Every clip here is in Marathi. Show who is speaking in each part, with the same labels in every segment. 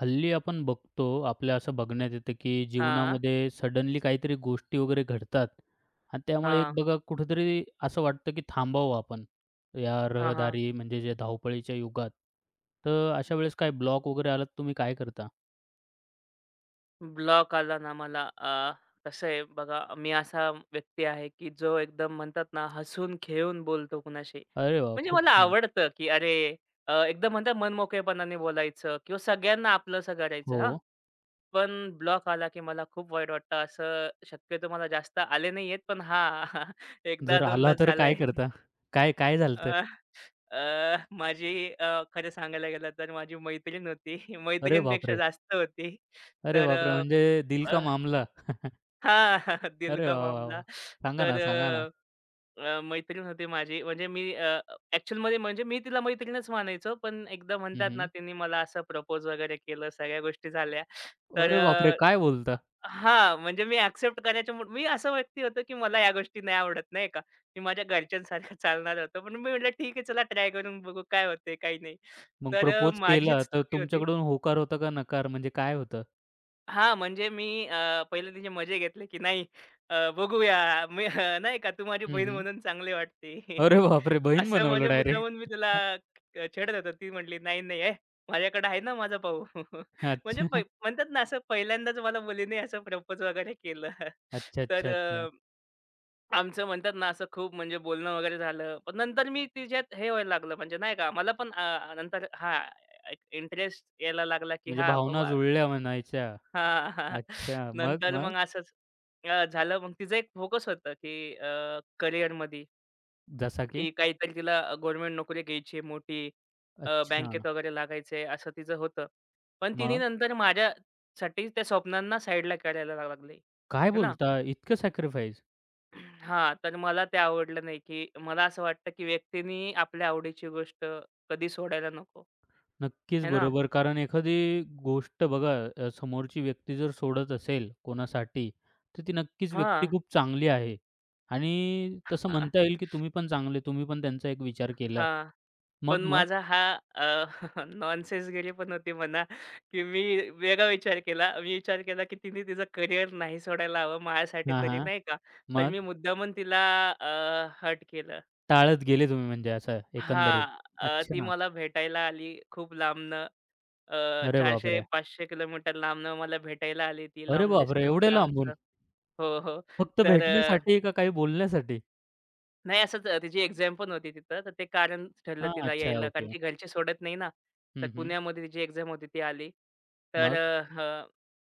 Speaker 1: हल्ली आपण बघतो, आपल्या असं बघण्यात येतं, की
Speaker 2: हां,
Speaker 1: जीवनामध्ये सडनली काहीतरी गोष्टी वगैरे घडतात आणि त्यामुळे
Speaker 2: हां,
Speaker 1: एक बघा कुठेतरी असं वाटतं, की थांबावं आपण या
Speaker 2: हां, हां.
Speaker 1: रहदारी म्हणजे जे धावपळीच्या युगात. तर अशा वेळेस काय ब्लॉक वगैरे आला तर तुम्ही काय करता?
Speaker 2: ब्लॉक आला ना मला कसं आहे बघा, मी असा व्यक्ती आहे, की जो एकदम म्हणतात ना, हसून खेळून बोलतो कुणाशी.
Speaker 1: अरे वाह!
Speaker 2: म्हणजे
Speaker 1: खूप
Speaker 2: मला
Speaker 1: छान.
Speaker 2: आवडतं, की अरे एकदम म्हणतात मनमोकळेपणाने बोलायचं किंवा सगळ्यांना आपलंसं करायचं
Speaker 1: हो.
Speaker 2: हां. पण ब्लॉक आला, की मला खूप वाईट वाटतं. असं शक्यतो मला जास्त आले नाही आहेत, पण हां, एकदा
Speaker 1: जर आला
Speaker 2: दोनदा
Speaker 1: तर काय
Speaker 2: झालंय.
Speaker 1: करता? काय काय झालतं?
Speaker 2: अ, अ, माझी खरं सांगायला गेलं तर माझी मैत्रीण होती.
Speaker 1: अरे
Speaker 2: मैत्रीणपेक्षा
Speaker 1: बापरे!
Speaker 2: जास्त होती.
Speaker 1: अरे
Speaker 2: तर
Speaker 1: बापरे!
Speaker 2: अ,
Speaker 1: म्हणजे दिल
Speaker 2: अ,
Speaker 1: का मामला?
Speaker 2: हां, दिल
Speaker 1: अरे
Speaker 2: का
Speaker 1: वाह, वाह,
Speaker 2: मामला.
Speaker 1: वाह! सांगा
Speaker 2: तर
Speaker 1: ना, सांगा ना.
Speaker 2: अ, मैत्रीण होती माझी. म्हणजे मी ॲक्चुअलमध्ये म्हणजे मी तिला मैत्रीणच मानायचो. पण एकदा म्हणतात ना,
Speaker 1: हं,
Speaker 2: तिने मला असं प्रपोज वगैरे केलं, सगळ्या गोष्टी झाल्या. तर
Speaker 1: अरे बापरे! काय बोलता?
Speaker 2: हां, म्हणजे मी ॲक्सेप्ट करायच्या मूड मी असा व्यक्ती होतो, की मला या गोष्टी नाही आवडत नाही का. मी माझ्या घरच्यांसारखं चालणारा होतो. पण मी म्हटलं ठीक आहे चला ट्राय करून बघू काय होते काही नाही.
Speaker 1: मग प्रपोज
Speaker 2: माझीच
Speaker 1: केला, तर
Speaker 2: चुकी होती.
Speaker 1: तुमच्याकडून होकार होता का नकार म्हणजे काय होतं?
Speaker 2: हां, म्हणजे मी पहिले तिचे मजे घेतले, की नाही बघूया मी नाही का तू माझी
Speaker 1: हं,
Speaker 2: बहीण
Speaker 1: हं.
Speaker 2: म्हणून चांगली वाटते.
Speaker 1: अरे बापरे! बहीण
Speaker 2: असं
Speaker 1: बनवलं
Speaker 2: म्हणजे
Speaker 1: डायरेक्ट.
Speaker 2: मुद्दामून मी तिला छेडत होतो. ती म्हटली, "नाही, नाही. ए माझ्याकडे आहे ना माझा भाऊ." म्हणजे पै
Speaker 1: अच्छा.
Speaker 2: म्हणतात ना असं पहिल्यांदाच मला मुलीने असं प्रपोज वगैरे केलं.
Speaker 1: अच्छा,
Speaker 2: तर
Speaker 1: अच्छा, अच्छा.
Speaker 2: अ, आमचं म्हणतात ना असं खूप म्हणजे बोलणं वगैरे झालं. पण नंतर मी तिच्यात हे व्हायला लागलं म्हणजे नाही का मला पण नंतर हां, इंटरेस्ट यायला लागला, की
Speaker 1: म्हणजे
Speaker 2: हां
Speaker 1: भावना
Speaker 2: बाबा
Speaker 1: जुळल्या म्हणायच्या.
Speaker 2: हां, हां.
Speaker 1: अच्छा. मग,
Speaker 2: नंतर
Speaker 1: मग?
Speaker 2: मग असंच झालं. मग तिचं एक फोकस होतं, की करिअरमध्ये,
Speaker 1: जसा की?
Speaker 2: की काहीतरी तिला गव्हर्नमेंट नोकरी घ्यायची आहे मोठी.
Speaker 1: अच्छा.
Speaker 2: बँकेत वगैरे लागायचं आहे, असं तिचं होतं. पण तिने
Speaker 1: मग?
Speaker 2: नंतर माझ्यासाठी त्या स्वप्नांना साईडला करायला लागली.
Speaker 1: काय
Speaker 2: आहे ना?
Speaker 1: बोलता? इतकं सॅक्रिफाईस?
Speaker 2: हां, तर मला ते आवडलं नाही, की मला असं वाटतं, की व्यक्तीनी आपल्या आवडीची गोष्ट कधी सोडायला नको.
Speaker 1: नक्कीच
Speaker 2: आहे ना?
Speaker 1: बरोबर. कारण एखादी गोष्ट बघा समोरची व्यक्ती जर सोडत असेल कोणासाठी, तर ती नक्कीच
Speaker 2: हां,
Speaker 1: व्यक्ती खूप चांगली आहे. आणि तसं
Speaker 2: हां,
Speaker 1: म्हणता येईल की तुम्ही पण चांगले, तुम्ही पण त्यांचा एक विचार केला.
Speaker 2: हां. पण
Speaker 1: मग, मग?
Speaker 2: माझा हा अ, नॉनसेन्सगिरी पण होती म्हणा, की मी वेगळा विचार केला. मी विचार केला, की तिने तिचं करिअर नाही सोडायला हवं माझ्यासाठी
Speaker 1: हां,
Speaker 2: तरी,
Speaker 1: हां.
Speaker 2: नाही का? तर मी
Speaker 1: मग
Speaker 2: मुद्दामून तिला हर्ट केलं.
Speaker 1: टाळत गेले तुम्ही म्हणजे असं एकंदरीत.
Speaker 2: हां, ती
Speaker 1: अच्छा.
Speaker 2: मला भेटायला आली खूप लांबनं. अ,
Speaker 1: अरे बापरे!
Speaker 2: 400-500 किलोमीटर लांबनं मला भेटायला आली ती.
Speaker 1: अरे
Speaker 2: लाँग
Speaker 1: बापरे!
Speaker 2: डिस्टन्स
Speaker 1: एवढे
Speaker 2: होतं आमचं.
Speaker 1: लांबून?
Speaker 2: हो, हो.
Speaker 1: फक्त
Speaker 2: तर
Speaker 1: भेटण्यासाठी का काही बोलण्यासाठी?
Speaker 2: नाही असंच तिची एक्झाम पण होती तिथं, तर ते कारण ठरलं
Speaker 1: हां,
Speaker 2: तिला
Speaker 1: अच्छा
Speaker 2: यायला. कारण
Speaker 1: ओके.
Speaker 2: की घरचे सोडत नाही ना. तर
Speaker 1: हं, हं.
Speaker 2: पुण्यामध्ये तिची एक्झाम होती ती आली. तर
Speaker 1: मग?
Speaker 2: अ, हं,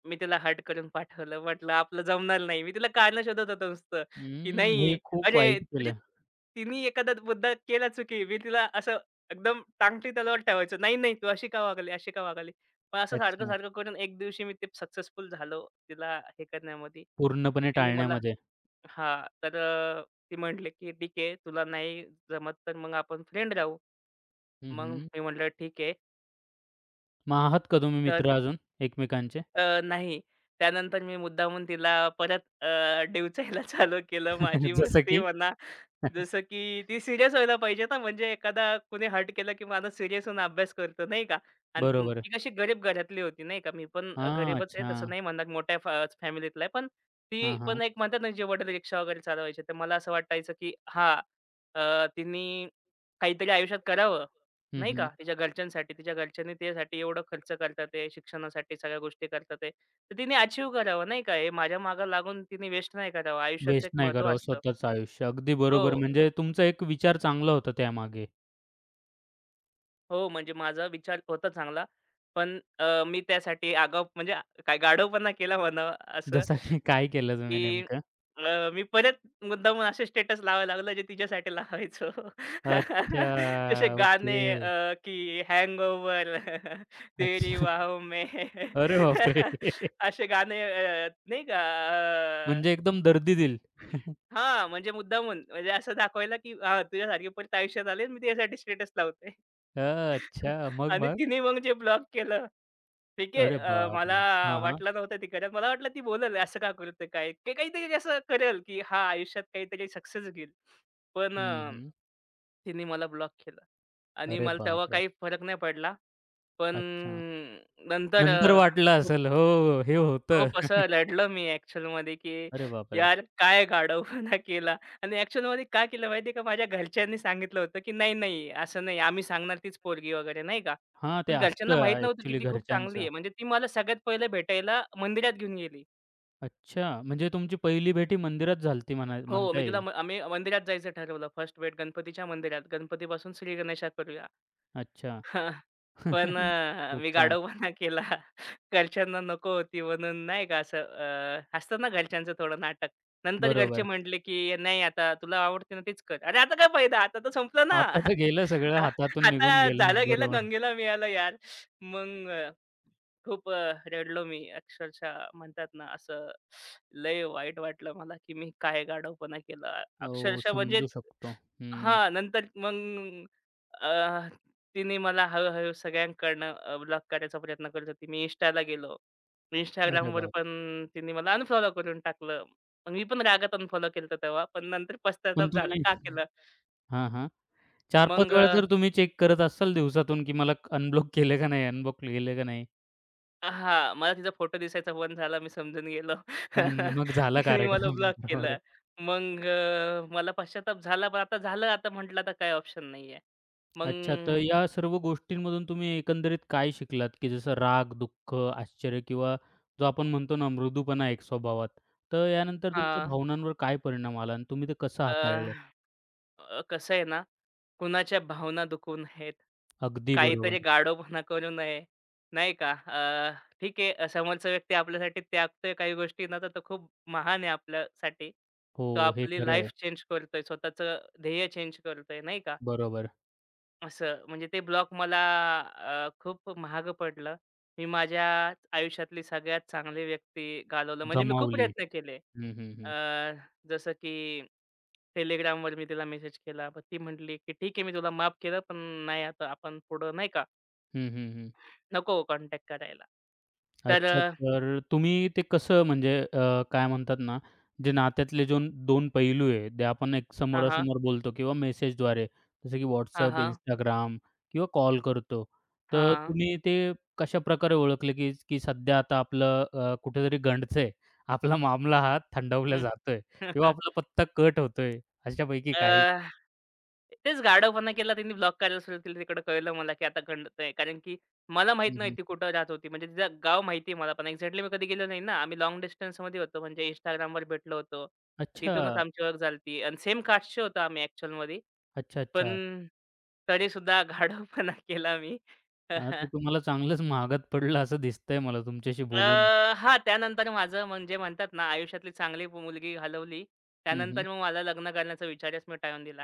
Speaker 2: मी तिला हर्ट करून पाठवलं. म्हटलं, "आपलं जमणार नाही." मी तिला कारण शोधत होतो नुसतं, की
Speaker 1: अं, हे
Speaker 2: नाही
Speaker 1: खूप
Speaker 2: अरे
Speaker 1: वाईट
Speaker 2: म्हणजे
Speaker 1: केलं.
Speaker 2: तिने एखादा मुद्दा केला चुकी. मी तिला असं एकदम टांगती तलवार ठेवायचो. "नाही, नाही, तू अशी का वागली? अशी का वागली?" पण असं
Speaker 1: अच्छा.
Speaker 2: सारखं-सारखं करून एक दिवशी मी ते सक्सेसफुल झालो तिला हे करण्यामध्ये. तर
Speaker 1: पूर्णपणे
Speaker 2: तिने मला
Speaker 1: टाळण्यामध्ये.
Speaker 2: हां. ती म्हटली, की "ठीक आहे, तुला नाही जमत तर मग आपण फ्रेंड राहू."
Speaker 1: हं,
Speaker 2: मग
Speaker 1: हं.
Speaker 2: मी म्हटलं, "ठीक आहे."
Speaker 1: मग आहात का तुम्ही
Speaker 2: तर
Speaker 1: मित्र अजून एकमेकांचे?
Speaker 2: नाही. त्यानंतर मी मुद्दामून तिला परत डिवचायला चालू केलं. माझी
Speaker 1: जसं
Speaker 2: मस्ती
Speaker 1: की?
Speaker 2: म्हणा, जसं की ती सीरियस व्हायला पाहिजे ना, म्हणजे एखादा कुणी हर्ट केलं की माणूस सीरियस होऊन अभ्यास करतो, नाही का? आणि
Speaker 1: बरोबर.
Speaker 2: ती कशी गरीब घरातली होती, नाही का? मी पण
Speaker 1: हां,
Speaker 2: गरीबच आहे,
Speaker 1: अच्छा.
Speaker 2: तसं नाही म्हणणार मोठ्या फॅमिलीतला आहे. पण ती
Speaker 1: हां,
Speaker 2: पण
Speaker 1: हां.
Speaker 2: एक म्हणतात ना, जे वडील रिक्षा वगैरे चालवायचे, तर मला असं वाटायचं की हां, तिने काहीतरी आयुष्यात करावं.
Speaker 1: हं,
Speaker 2: नाही का,
Speaker 1: हं.
Speaker 2: तिच्या घरच्यांसाठी, तिच्या घरच्यांनी तिच्यासाठी एवढं खर्च करतात आहे, शिक्षणासाठी सगळ्या गोष्टी करतात आहे. तर तिने अचीव्ह करावं नाही का, हे माझ्या मागे लागून तिने वेस्ट नाही करावं. आयुष्याचं
Speaker 1: वेस्ट
Speaker 2: एक
Speaker 1: नाही
Speaker 2: महत्त्व
Speaker 1: करावं
Speaker 2: असतं.
Speaker 1: स्वतःचं आयुष्य. अगदी बरोबर.
Speaker 2: हो,
Speaker 1: म्हणजे तुमचा एक विचार चांगला होता त्यामागे.
Speaker 2: हो, म्हणजे माझा विचार होता चांगला. पण मी त्यासाठी आगाव म्हणजे काय गाढवपणा केला म्हणावा असं
Speaker 1: जसा की काय केलं तुम्ही
Speaker 2: की
Speaker 1: नेमकं?
Speaker 2: मी परत मुद्दामून असे स्टेटस लावायला लागलो जे तिच्यासाठी लावायचो.
Speaker 1: अच्छा.
Speaker 2: जसे गाणे
Speaker 1: ओके.
Speaker 2: की हँगओव्हर, तेरी
Speaker 1: अच्छा.
Speaker 2: बाहों में
Speaker 1: अरे बापरे!
Speaker 2: असे गाणे नाही का अ,
Speaker 1: म्हणजे एकदम दर्दी दिल.
Speaker 2: हां, म्हणजे मुद्दामून म्हणजे असं दाखवायला की हां, तुझ्यासारखी परत आयुष्यात आली आणि मी तिच्यासाठी स्टेटस लावते.
Speaker 1: अच्छा. मग
Speaker 2: आणि
Speaker 1: मग?
Speaker 2: तिने मग जे ब्लॉक केलं ठीक आहे.
Speaker 1: अरे
Speaker 2: मला
Speaker 1: बापरे! हां, हां.
Speaker 2: वाटलं नव्हतं ती करेल. मला वाटलं ती बोलल असं का करते काय? की काहीतरी असं करेल, की हा आयुष्यात काहीतरी सक्सेस घेईल. पण
Speaker 1: हं, हं.
Speaker 2: तिने मला ब्लॉक केलं आणि
Speaker 1: अरे
Speaker 2: मला तेव्हा
Speaker 1: बापरे!
Speaker 2: काही फरक नाही पडला. पण
Speaker 1: अच्छा.
Speaker 2: नंतर
Speaker 1: नंतर
Speaker 2: अ,
Speaker 1: वाटलं
Speaker 2: खूप
Speaker 1: असेल. हो, हे होतं.
Speaker 2: खूप असं रडलो मी ॲक्चुअलमध्ये, की
Speaker 1: अरे बापरे!
Speaker 2: यार काय गाढवपणा केला आणि ॲक्चुअलमध्ये का केलं माहिती आहे का? माझ्या घरच्यांनी सांगितलं होतं, की "नाही, नाही, असं नाही. आम्ही सांगणार तीच पोरगी वगैरे," नाही का.
Speaker 1: हां, ते
Speaker 2: पण घरच्यांना
Speaker 1: असतं
Speaker 2: माहीत नव्हतं, की
Speaker 1: ॲक्चुअली
Speaker 2: ती खूप चांगली
Speaker 1: घरच्यांचं.
Speaker 2: आहे. म्हणजे ती मला सगळ्यात पहिलं भेटायला मंदिरात घेऊन गेली.
Speaker 1: अच्छा. म्हणजे तुमची पहिली भेटी मंदिरात झाली होती म्हणा
Speaker 2: हो,
Speaker 1: म्हणता
Speaker 2: मी तिला
Speaker 1: येईल.
Speaker 2: आम्ही मंदिरात जायचं ठरवलं. फर्स्ट भेट गणपतीच्या मंदिरात. गणपतीपासून श्री गणेशात
Speaker 1: अच्छा.
Speaker 2: हां, पण
Speaker 1: हं. खूप
Speaker 2: मी
Speaker 1: छान.
Speaker 2: गाढवपणा केला. घरच्यांना नको होती म्हणून नाही का असं असतं ना घरच्यांचं थोडं नाटक. नंतर घरचे
Speaker 1: बरोबर.
Speaker 2: म्हटले, की "नाही आता तुला आवडते ना तेच कर." अरे आता काय फायदा? आता तर संपलं ना.
Speaker 1: आताचं गेलं सगळं हातातून निघून
Speaker 2: आता झालं
Speaker 1: गेलं.
Speaker 2: गेलं,
Speaker 1: बरोबर.
Speaker 2: गंगेला मिळालं यार. मग खूप रडलो मी. अक्षरशः म्हणतात ना, असं लय वाईट वाटलं मला, की मी काय गाढवपणा केला.
Speaker 1: हो,
Speaker 2: अक्षरशः म्हणजे
Speaker 1: समजू शकतो. हं.
Speaker 2: हां, नंतर मग अ, तिने मला हळू-हळू सगळ्यांकडनं ब्लॉक करायचा प्रयत्न करत होती. मी Instaला गेलो.
Speaker 1: अरे
Speaker 2: Instagramवर
Speaker 1: बापरे!
Speaker 2: पण तिने मला अनफॉलो करून टाकलं. मग मी पण रागात अनफॉलो केलं तेव्हा, पण नंतर
Speaker 1: पण
Speaker 2: पश्चाताप झाला,
Speaker 1: तुम्ही
Speaker 2: का केलं?
Speaker 1: हां, हां.
Speaker 2: मग
Speaker 1: 4-5 वेळा जर तुम्ही चेक करत असाल दिवसातून, की मला अनब्लॉक केलं का नाही, अनब्लॉक केलं का नाही,
Speaker 2: हां, मला तिचा फोटो दिसायचा बंद झाला. मी समजून गेलो.
Speaker 1: तर मग झाला
Speaker 2: तिने मला
Speaker 1: कार्यक्रम.
Speaker 2: ब्लॉक
Speaker 1: बरोबर.
Speaker 2: केलं. मग मला पश्चाताप झाला. पण आता झालं, आता म्हटलं आता काही ऑप्शन नाहीये. मग
Speaker 1: अच्छा, तर या सर्व गोष्टींमधून तुम्ही एकंदरीत काय शिकलात? की जसं राग, दुःख, आश्चर्य किंवा जो आपण म्हणतो ना मृदूपणा एक स्वभावात. तर यानंतर तुमच्या
Speaker 2: हां,
Speaker 1: भावनांवर काय परिणाम आला आणि तुम्ही ते कसं
Speaker 2: अ,
Speaker 1: हाताळलं?
Speaker 2: अ, कसं आहे ना, कुणाच्या भावना दुखवू नयेत.
Speaker 1: अगदी बरोबर.
Speaker 2: काहीतरी गाढवपणा करू नये, नाही का. ठीक आहे, समोरचा व्यक्ती आपल्यासाठी त्यागतोय काही गोष्टींना, तर तो खूप महान आहे आपल्यासाठी.
Speaker 1: हो,
Speaker 2: तो
Speaker 1: हे
Speaker 2: आपली
Speaker 1: खरं आहे.
Speaker 2: लाईफ चेंज करतोय, स्वतःचं ध्येय चेंज करतोय, नाही का.
Speaker 1: बरोबर.
Speaker 2: असं म्हणजे ते ब्लॉक मला खूप महाग पडलं. मी माझ्या आयुष्यातली सगळ्यात चांगली व्यक्ती घालवलं. म्हणजे मी खूप
Speaker 1: गमावली.
Speaker 2: प्रयत्न केले.
Speaker 1: हं, हं,
Speaker 2: अ,
Speaker 1: हं.
Speaker 2: जसं की Telegramवर मी तिला मेसेज केला. पण ती म्हटली, की "ठीक आहे, मी तुला माफ केलं, पण नाही आता आपण पुढं नाही का,
Speaker 1: हं, हं, हं.
Speaker 2: नको कॉन्टॅक्ट करायला." तर अ,
Speaker 1: अच्छा. तर तुम्ही ते कसं म्हणजे काय म्हणतात ना, जे नात्यातले जो 2 पैलू आहे, ते आपण एक
Speaker 2: हां, हां.
Speaker 1: समोरासमोर बोलतो किंवा मेसेजद्वारे, जसं की
Speaker 2: हां,
Speaker 1: WhatsApp,
Speaker 2: हां.
Speaker 1: Instagram किंवा कॉल करतो. तर
Speaker 2: हां.
Speaker 1: तुम्ही ते कशाप्रकारे ओळखले, की की सध्या आता आपलं कुठेतरी गंडतंय, आपला मामला हा थंडावला जातोय किंवा आपला पत्ता कट होतोय, अशापैकी
Speaker 2: अ,
Speaker 1: काही?
Speaker 2: तेच गाढवपणा केला त्यांनी ब्लॉक करायला सुरुवात केली. तिकडं कळलं मला, की आता खंडतय. कारण की मला माहीत
Speaker 1: हं,
Speaker 2: नाही
Speaker 1: हं.
Speaker 2: ती कुठं राहत होती. म्हणजे तिचं गाव माहिती आहे मला, पण एक्झॅक्टली मी कधी गेलो नाही ना. आम्ही लाँग डिस्टन्समध्ये होतो. म्हणजे Instagramवर भेटलो होतो.
Speaker 1: अच्छा.
Speaker 2: तिथूनच आमची ओळख झाली आणि सेम कास्टचे होतो आम्ही ॲक्चुअलमध्ये.
Speaker 1: अच्छा, अच्छा.
Speaker 2: पण तरीसुद्धा गाढवपणा केला मी.
Speaker 1: हां, ते तुम्हाला चांगलंच महागात पडलं असं दिसतंय मला तुमच्याशी
Speaker 2: अ,
Speaker 1: बोलून.
Speaker 2: हां, त्यानंतर माझं म्हणजे म्हणतात ना, आयुष्यातली चांगली मुलगी घालवली.
Speaker 1: हं, हं.
Speaker 2: त्यानंतर मग मला लग्न करण्याचा विचारच मी टाळून दिला.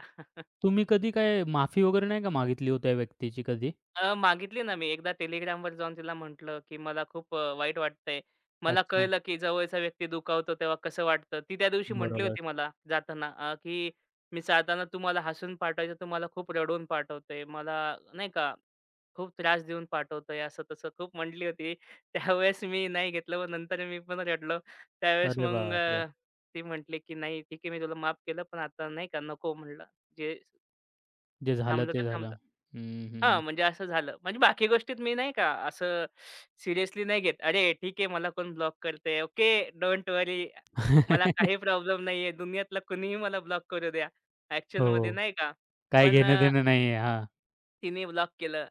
Speaker 1: तुम्ही कधी काय माफी वगैरे नाही का मागितली हो त्या व्यक्तीची कधी?
Speaker 2: मागितली ना मी. एकदा Telegramवर जाऊन तिला म्हटलं, की मला खूप वाईट वाटतंय. मला
Speaker 1: अच्छा.
Speaker 2: कळलं, की जवळचा व्यक्ती दुखावतो तेव्हा कसं वाटतं. ती त्या दिवशी म्हटली
Speaker 1: बरोबर.
Speaker 2: होती मला जाताना की "मी जाताना तुम्हाला हसून पाठवायचं, तुम्हाला खूप रडवून पाठवते. मला नाही का खूप त्रास देऊन पाठवतोय." असं-तसं खूप म्हटली होती. त्यावेळेस मी नाही घेतलं. मग नंतर मी पण रडलो. त्यावेळेस
Speaker 1: अरे
Speaker 2: मग
Speaker 1: बापरे!
Speaker 2: अ, ती म्हटली, की "नाही ठीक आहे, मी तुला माफ केलं, पण आता नाही का नको" म्हटलं. "जे
Speaker 1: जे झालं
Speaker 2: थांबलं ते
Speaker 1: ते
Speaker 2: थांबलं."
Speaker 1: झालं. हं, हं.
Speaker 2: हां, म्हणजे असं झालं. म्हणजे बाकी गोष्टीत मी नाही का असं सिरियसली नाही घेत. अरे ठीक आहे मला कोण ब्लॉक करतंय. Okay, don't worry. मला काही प्रॉब्लेम नाहीये. दुनियातला कुणीही मला ब्लॉक करू द्या. ॲक्चुअलमध्ये
Speaker 1: हो.
Speaker 2: नाही का.
Speaker 1: काही
Speaker 2: पण
Speaker 1: घेणं-देणं नाहीये. हां.
Speaker 2: तिने ब्लॉक केलं.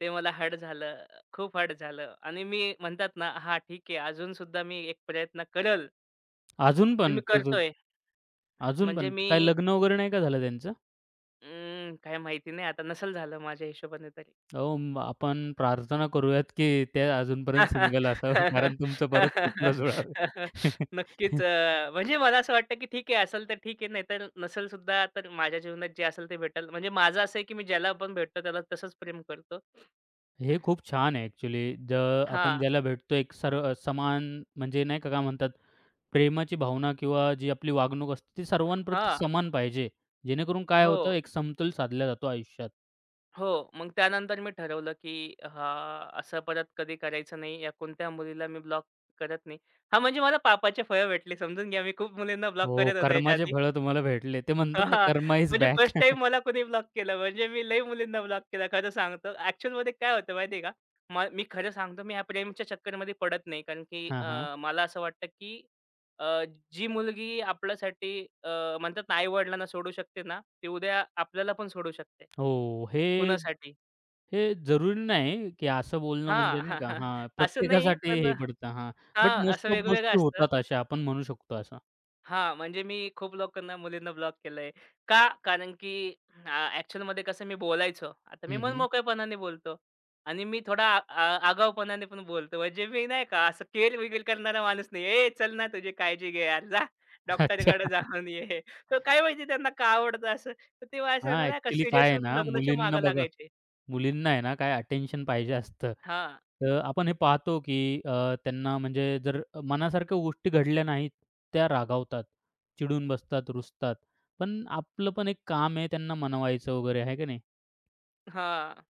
Speaker 2: ते मला हर्ट झालं. खूप हर्ट झालं आणि मी म्हणतात ना, हां, ठीक आहे. अजून सुद्धा मी एक प्रयत्न करेल
Speaker 1: अजून
Speaker 2: आणि मी
Speaker 1: पण तसंच
Speaker 2: करतोय.
Speaker 1: अजून
Speaker 2: म्हणजे
Speaker 1: पण
Speaker 2: मी
Speaker 1: काय लग्न वगैरे नाही का झालं त्यांचं?
Speaker 2: अं, काय माहिती नाही आता नसेल झालं माझ्या हिशोबाने तरी.
Speaker 1: अहो, मग आपण प्रार्थना करूयात, की ते अजूनपर्यंत सिंगल असावं कारण तुमचं परत सूत्र जुळावे.
Speaker 2: नक्कीच. म्हणजे मला असं वाटतं, की ठीक आहे असेल तर ठीक आहे, नाहीतर नसेल सुद्धा तर माझ्या जीवनात जे असेल ते भेटेल. म्हणजे माझं असं आहे, की मी ज्याला पण भेटतो त्याला तसंच प्रेम करतो.
Speaker 1: हे खूप छान आहे ॲक्चुअली. ज आपण
Speaker 2: हां.
Speaker 1: ज्याला भेटतो एक सर्व समान म्हणजे नाही का काय म्हणतात प्रेमाची भावना किंवा जी आपली वागणूक असते, ती सर्वांप्रती
Speaker 2: हां.
Speaker 1: समान पाहिजे. जेणेकरून काय
Speaker 2: हो.
Speaker 1: होतं, एक समतोल साधला जातो आयुष्यात.
Speaker 2: हो. मग त्यानंतर मी ठरवलं, की हां, असं परत कधी करायचं नाही. या कोणत्या मुलीला मी ब्लॉक करत नाही. हां, म्हणजे मला पापाची फळं भेटली. समजून घ्या, मी खूप मुलींना ब्लॉक
Speaker 1: हो,
Speaker 2: करत होतो याच्या
Speaker 1: कर्माचे
Speaker 2: आधी.
Speaker 1: फळं तुम्हाला भेटले. ते म्हणतात
Speaker 2: हां,
Speaker 1: ना,
Speaker 2: हां.
Speaker 1: कर्मा इज
Speaker 2: म्हणजे
Speaker 1: बॅक.
Speaker 2: फर्स्ट टाईम मला कोणी ब्लॉक केलं. म्हणजे मी लई मुलींना ब्लॉक केलं खरं सांगतो. ॲक्चुअलमध्ये काय होतं माहिती का? मी खरं सांगतो मी ह्या प्रेमच्या चक्करमध्ये पडत नाही. कारण की
Speaker 1: हां, हां.
Speaker 2: मला असं वाटतं की अ, जी मुलगी आपल्यासाठी अ, म्हणतात ना आई-वडिलांना सोडू शकते ना, ती उद्या आपल्याला पण सोडू शकते.
Speaker 1: हो, हे
Speaker 2: कुणासाठी
Speaker 1: हे जरुरी नाही, की असं बोलणं
Speaker 2: हां.
Speaker 1: म्हणजे नाही का हां,
Speaker 2: असं नाही
Speaker 1: प्रत्येकासाठी
Speaker 2: पण
Speaker 1: हे पडतं. हां, बट
Speaker 2: हां, असं
Speaker 1: मोस्ट ऑफ
Speaker 2: वेगवेगळं
Speaker 1: गोष्टी
Speaker 2: असतं.
Speaker 1: होतात अशा आपण म्हणू शकतो असं.
Speaker 2: हां, म्हणजे मी खूप लोकांना, मुलींना ब्लॉक केलंय. का? कारण की अ, ॲक्चुअलमध्ये कसं मी बोलायचो. आता मी
Speaker 1: हं, हं.
Speaker 2: मनमोकळेपणाने बोलतो आणि मी थोडा आ आ आगाऊपणाने पण बोलतो. म्हणजे मी नाही का असं केअर-बिअर करणारा माणूस नाही. "ए, चल ना, तुझी काळजी घे यार. जा
Speaker 1: अच्छा.
Speaker 2: डॉक्टरकडे जाऊन ये." तर काय माहिती त्यांना का आवडतं असं. तर ते माझ्यासंग
Speaker 1: हां,
Speaker 2: नाही का
Speaker 1: ॲक्चुअली काय
Speaker 2: सीरियस
Speaker 1: आहे
Speaker 2: होऊन
Speaker 1: ना,
Speaker 2: लग्नाच्या
Speaker 1: मुलींना
Speaker 2: मागे
Speaker 1: बघा
Speaker 2: लागायचे.
Speaker 1: मुलींना आहे ना, काय अटेन्शन पाहिजे असतं.
Speaker 2: हां,
Speaker 1: तर आपण हे पाहतो, की त्यांना म्हणजे जर मनासारख्या गोष्टी घडल्या नाहीत, त्या रागावतात, चिडून बसतात, रुसतात. पण आपलं पण एक काम आहे त्यांना मनवायचं वगैरे, आहे का नाही?
Speaker 2: हां.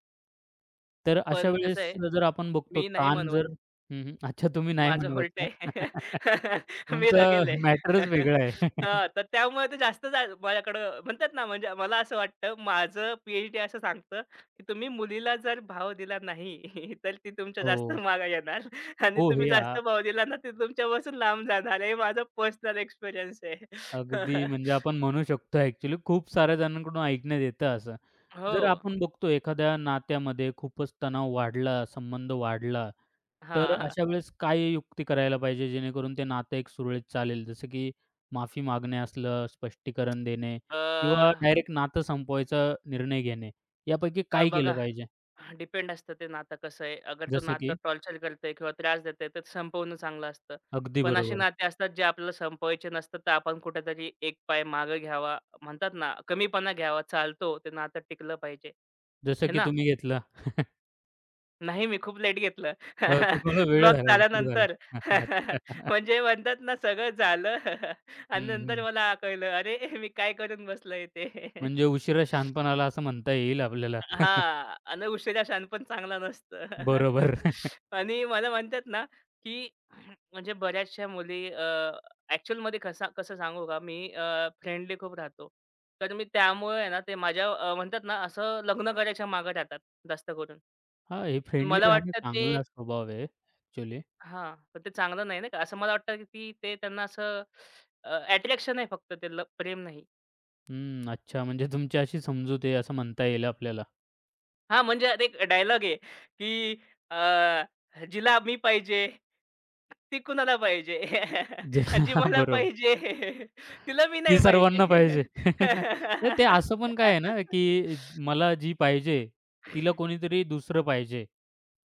Speaker 1: तर अशा
Speaker 2: पण कसं
Speaker 1: वेळेस
Speaker 2: आहे,
Speaker 1: जर आपण बघतो
Speaker 2: मी नाही
Speaker 1: ताण
Speaker 2: म्हणवत.
Speaker 1: जर हं, हं. अच्छा तुम्ही नाही
Speaker 2: माझं
Speaker 1: मनवत
Speaker 2: उलट
Speaker 1: का?
Speaker 2: आहे. मी
Speaker 1: तुमचा
Speaker 2: लगेल आहे.
Speaker 1: मॅटरच वेगळा आहे.
Speaker 2: हां, तर त्यामुळे ते जास्त माझ्याकडं म्हणतात ना, म्हणजे मला असं वाटतं, माझं पी असं सांगतं, की तुम्ही मुलीला जर भाव दिला नाही, तर ती तुमच्या
Speaker 1: हो.
Speaker 2: जास्त मागे येणार आणि
Speaker 1: हो,
Speaker 2: तुम्ही
Speaker 1: हे आ
Speaker 2: जास्त भाव दिला ना, ती तुमच्यापासून लांब जाणार. हे माझा पर्सनल एक्सपिरियन्स आहे.
Speaker 1: अगदी म्हणजे आपण म्हणू शकतो ॲक्चुअली खूप साऱ्या जणांकडून ऐकण्यात येतं असं.
Speaker 2: हो.
Speaker 1: जर आपण बघतो एखाद्या नात्यामध्ये खूपच तणाव वाढला, संबंध वाढला, तर
Speaker 2: हां.
Speaker 1: अशा वेळेस काय युक्ती करायला पाहिजे जेणेकरून ते नातं एक सुरळीत चालेल? जसं की माफी मागणे असलं, स्पष्टीकरण देणे किंवा
Speaker 2: अ,
Speaker 1: डायरेक्ट नातं संपवायचा निर्णय घेणे. यापैकी
Speaker 2: अ,
Speaker 1: काय
Speaker 2: बघा
Speaker 1: केलं पाहिजे?
Speaker 2: डिपेंड असतं ते नातं कसं आहे. अगर तो
Speaker 1: जसं
Speaker 2: नातं
Speaker 1: की
Speaker 2: टॉर्चर करतंय किंवा त्रास देतंय तर संपवणं चांगलं असतं.
Speaker 1: अगदी
Speaker 2: पण असे
Speaker 1: बरोबर.
Speaker 2: नाते असतात जे आपल्याला संपवायचे नसतात तर आपण कुठेतरी एक पाय मागे घ्यावा. म्हणतात ना कमीपणा घ्यावा. चालतो ते नातं टिकलं पाहिजे.
Speaker 1: जसं
Speaker 2: हे
Speaker 1: की
Speaker 2: ना?
Speaker 1: तुम्ही घेतला.
Speaker 2: नाही मी खूप लेट घेतलं.
Speaker 1: तुम्हाला वेळ
Speaker 2: ब्लॉक
Speaker 1: झाला, उशीर झाला.
Speaker 2: झाल्यानंतर
Speaker 1: अच्छा.
Speaker 2: म्हणजे म्हणतात ना सगळं झालं आणि
Speaker 1: हं,
Speaker 2: नंतर
Speaker 1: हं.
Speaker 2: मला कळलं, "अरे मी काय करून बसलोय ते."
Speaker 1: म्हणजे उशिरा शहाणपण आला असं म्हणता येईल आपल्याला.
Speaker 2: हां. अन् उशिरा शहाणपण चांगला नसतं.
Speaker 1: बरोबर.
Speaker 2: आणि मला म्हणतात ना, की म्हणजे बऱ्याचशा मुली ॲक्चुअलमध्ये कसं सांगू का मी फ्रेंडली खूप राहतो. तर मी त्यामुळे आहे ना ते माझ्या म्हणतात ना असं लग्न करायच्या मागे राहतात जास्त करून.
Speaker 1: हां, हे फ्रेंडली
Speaker 2: मला
Speaker 1: राहणं
Speaker 2: वाटतं ते
Speaker 1: चांगला स्वभाव आहे ॲक्चुअली.
Speaker 2: हां. पण ते चांगलं नाही, नाही का. असं मला वाटतं, की ते त्यांना असं अट्रॅक्शन आहे फक्त ते ल प्रेम नाही.
Speaker 1: हं, अच्छा म्हणजे तुमची अशी समजूत आहे असं म्हणता येईल आपल्याला.
Speaker 2: हां, म्हणजे अरे एक डायलॉग आहे, की अ, "जिला मी पाहिजे, ती कुणाला पाहिजे?
Speaker 1: जे
Speaker 2: आणि जी मला
Speaker 1: बरोबर.
Speaker 2: पाहिजे, तिला मी नाही
Speaker 1: ती सर्वांना
Speaker 2: पाहिजे."
Speaker 1: पाहिजे. नाही तर ते असं पण काय आहे ना, की मला जी पाहिजे, तिला कोणीतरी दुसरं पाहिजे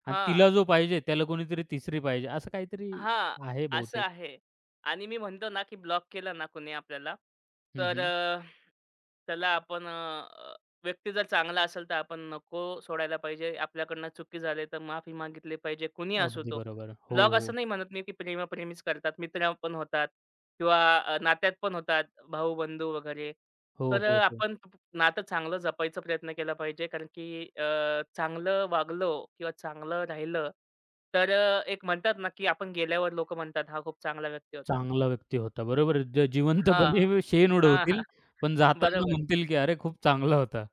Speaker 1: आणि तिला
Speaker 2: हां.
Speaker 1: जो पाहिजे त्याला कोणीतरी तिसरी पाहिजे असं काहीतरी
Speaker 2: हां,
Speaker 1: आहे
Speaker 2: असं
Speaker 1: बहुतेक.
Speaker 2: आहे. आणि मी म्हणतो ना, की ब्लॉक केलं ना कुणी आपल्याला,
Speaker 1: हं,
Speaker 2: तर
Speaker 1: हं.
Speaker 2: अ, त्याला आपण अ, अ, व्यक्ती जर चांगला असेल, तर आपण नको सोडायला पाहिजे. आपल्याकडनं चुकी झाली तर माफी मागितली पाहिजे. कुणी असो
Speaker 1: अगदी
Speaker 2: तो.
Speaker 1: बरोबर. हो,
Speaker 2: ब्लॉक असं
Speaker 1: हो.
Speaker 2: नाही म्हणत मी, की प्रेमा-प्रेमीच करतात. मित्र पण होतात किंवा नात्यात पण होतात, भाऊ-बंधू वगैरे.
Speaker 1: हो,
Speaker 2: तर अ,
Speaker 1: हो, हो.
Speaker 2: आपण प- नातं चांगलं जपायचा प्रयत्न केला पाहिजे. कारण की चांगलं वागलो किंवा चांगलं राहिलं, तर एक म्हणतात ना, की आपण गेल्यावर लोकं म्हणतात, "हा खूप चांगला व्यक्ती होता."
Speaker 1: चांगला व्यक्ती होता. बरोबर आहे. जे
Speaker 2: हां.
Speaker 1: जिवंतपणे शेण
Speaker 2: हां, हां.
Speaker 1: उडवतील, पण जाताना
Speaker 2: बरोबर.
Speaker 1: म्हणतील, की "अरे, खूप चांगला होता."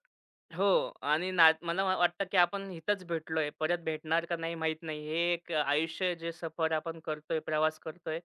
Speaker 2: हो आणि ना मला वाटतं, की आपण इथंच भेटलोय. परत भेटणार का नाही माहीत नाही. हे एक आयुष्य जे सफर आपण करतोय, प्रवास करतोय.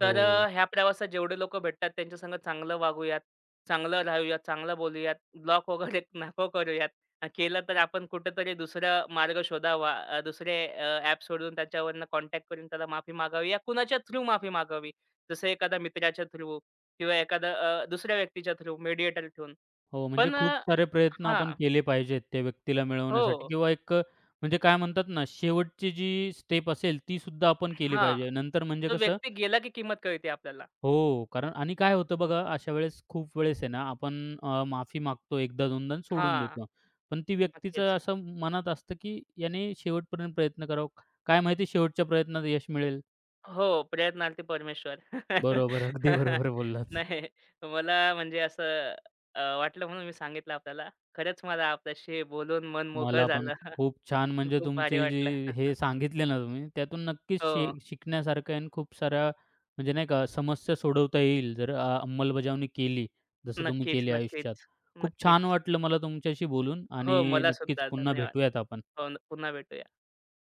Speaker 1: हो.
Speaker 2: ह्या प्रवासात जेवढे लोकं भेटतात त्यांच्यासंग चांगलं वागूयात, चांगलं राहूयात, चांगलं बोलूयात, ब्लॉक वगैरे नको करूयात. केलं तर आपण कुठेतरी दुसरा मार्ग शोधावा. ॲप सोडून त्याच्यावरनं कॉन्टॅक्ट करून त्याला माफी मागावी या कुणाच्या थ्रू माफी मागावी. जसं एखाद्या मित्राच्या थ्रू किंवा एखादा दुसऱ्या व्यक्तीच्या थ्रू मेडिएटर ठेवून.
Speaker 1: हो, म्हणजे
Speaker 2: पण
Speaker 1: खूप
Speaker 2: अ,
Speaker 1: सारे प्रयत्न
Speaker 2: हां.
Speaker 1: आपण केले पाहिजेत त्या व्यक्तीला मिळवण्यासाठी
Speaker 2: हो.
Speaker 1: किंवा एक म्हणजे काय म्हणतात ना, शेवटची जी स्टेप असेल, ती सुद्धा आपण केली
Speaker 2: हां.
Speaker 1: पाहिजे. नंतर म्हणजे
Speaker 2: तो
Speaker 1: कसं
Speaker 2: व्यक्ती गेला की किंमत कळते आपल्याला.
Speaker 1: हो, कारण आणि काय होतं बघा, अशा वेळेस खूप वेळेस आहे ना, आपण माफी मागतो, एकदा दोनदा आणि सोडून
Speaker 2: हां.
Speaker 1: देतो. पण ती व्यक्तीचं
Speaker 2: नक्कीच.
Speaker 1: असं मनात असतं, की याने शेवटपर्यंत प्रयत्न करावा. काय माहिती शेवटच्या प्रयत्नात यश मिळेल?
Speaker 2: हो. प्रयत्नार्थी परमेश्वर.
Speaker 1: बरोबर. अगदी बरोबर बोललात.
Speaker 2: नाही. मला म्हणजे असं वाटलं म्हणून मी सांगितलं आपल्याला. खरंच मला आपल्याशी बोलून मन मोकळं
Speaker 1: मला पण
Speaker 2: झालं.
Speaker 1: खूप छान म्हणजे
Speaker 2: खूप भारी
Speaker 1: तुमची
Speaker 2: वाटलं.
Speaker 1: जी हे सांगितले ना तुम्ही, त्यातून नक्कीच शि
Speaker 2: हो.
Speaker 1: शिकण्यासारखं आहे आणि खूप साऱ्या म्हणजे नाही का समस्या सोडवता येईल जर अंमलबजावणी केली, जसं तुम्ही
Speaker 2: नक्कीच,
Speaker 1: केली आयुष्यात.
Speaker 2: नक्कीच,
Speaker 1: खूप छान
Speaker 2: नक्कीच.
Speaker 1: वाटलं मला तुमच्याशी बोलून
Speaker 2: हो.
Speaker 1: आणि
Speaker 2: मला
Speaker 1: नक्कीच
Speaker 2: सुद्धा.
Speaker 1: पुन्हा
Speaker 2: धन्यवाद.
Speaker 1: भेटूयात आपण.
Speaker 2: हो. पुन्हा भेटूया.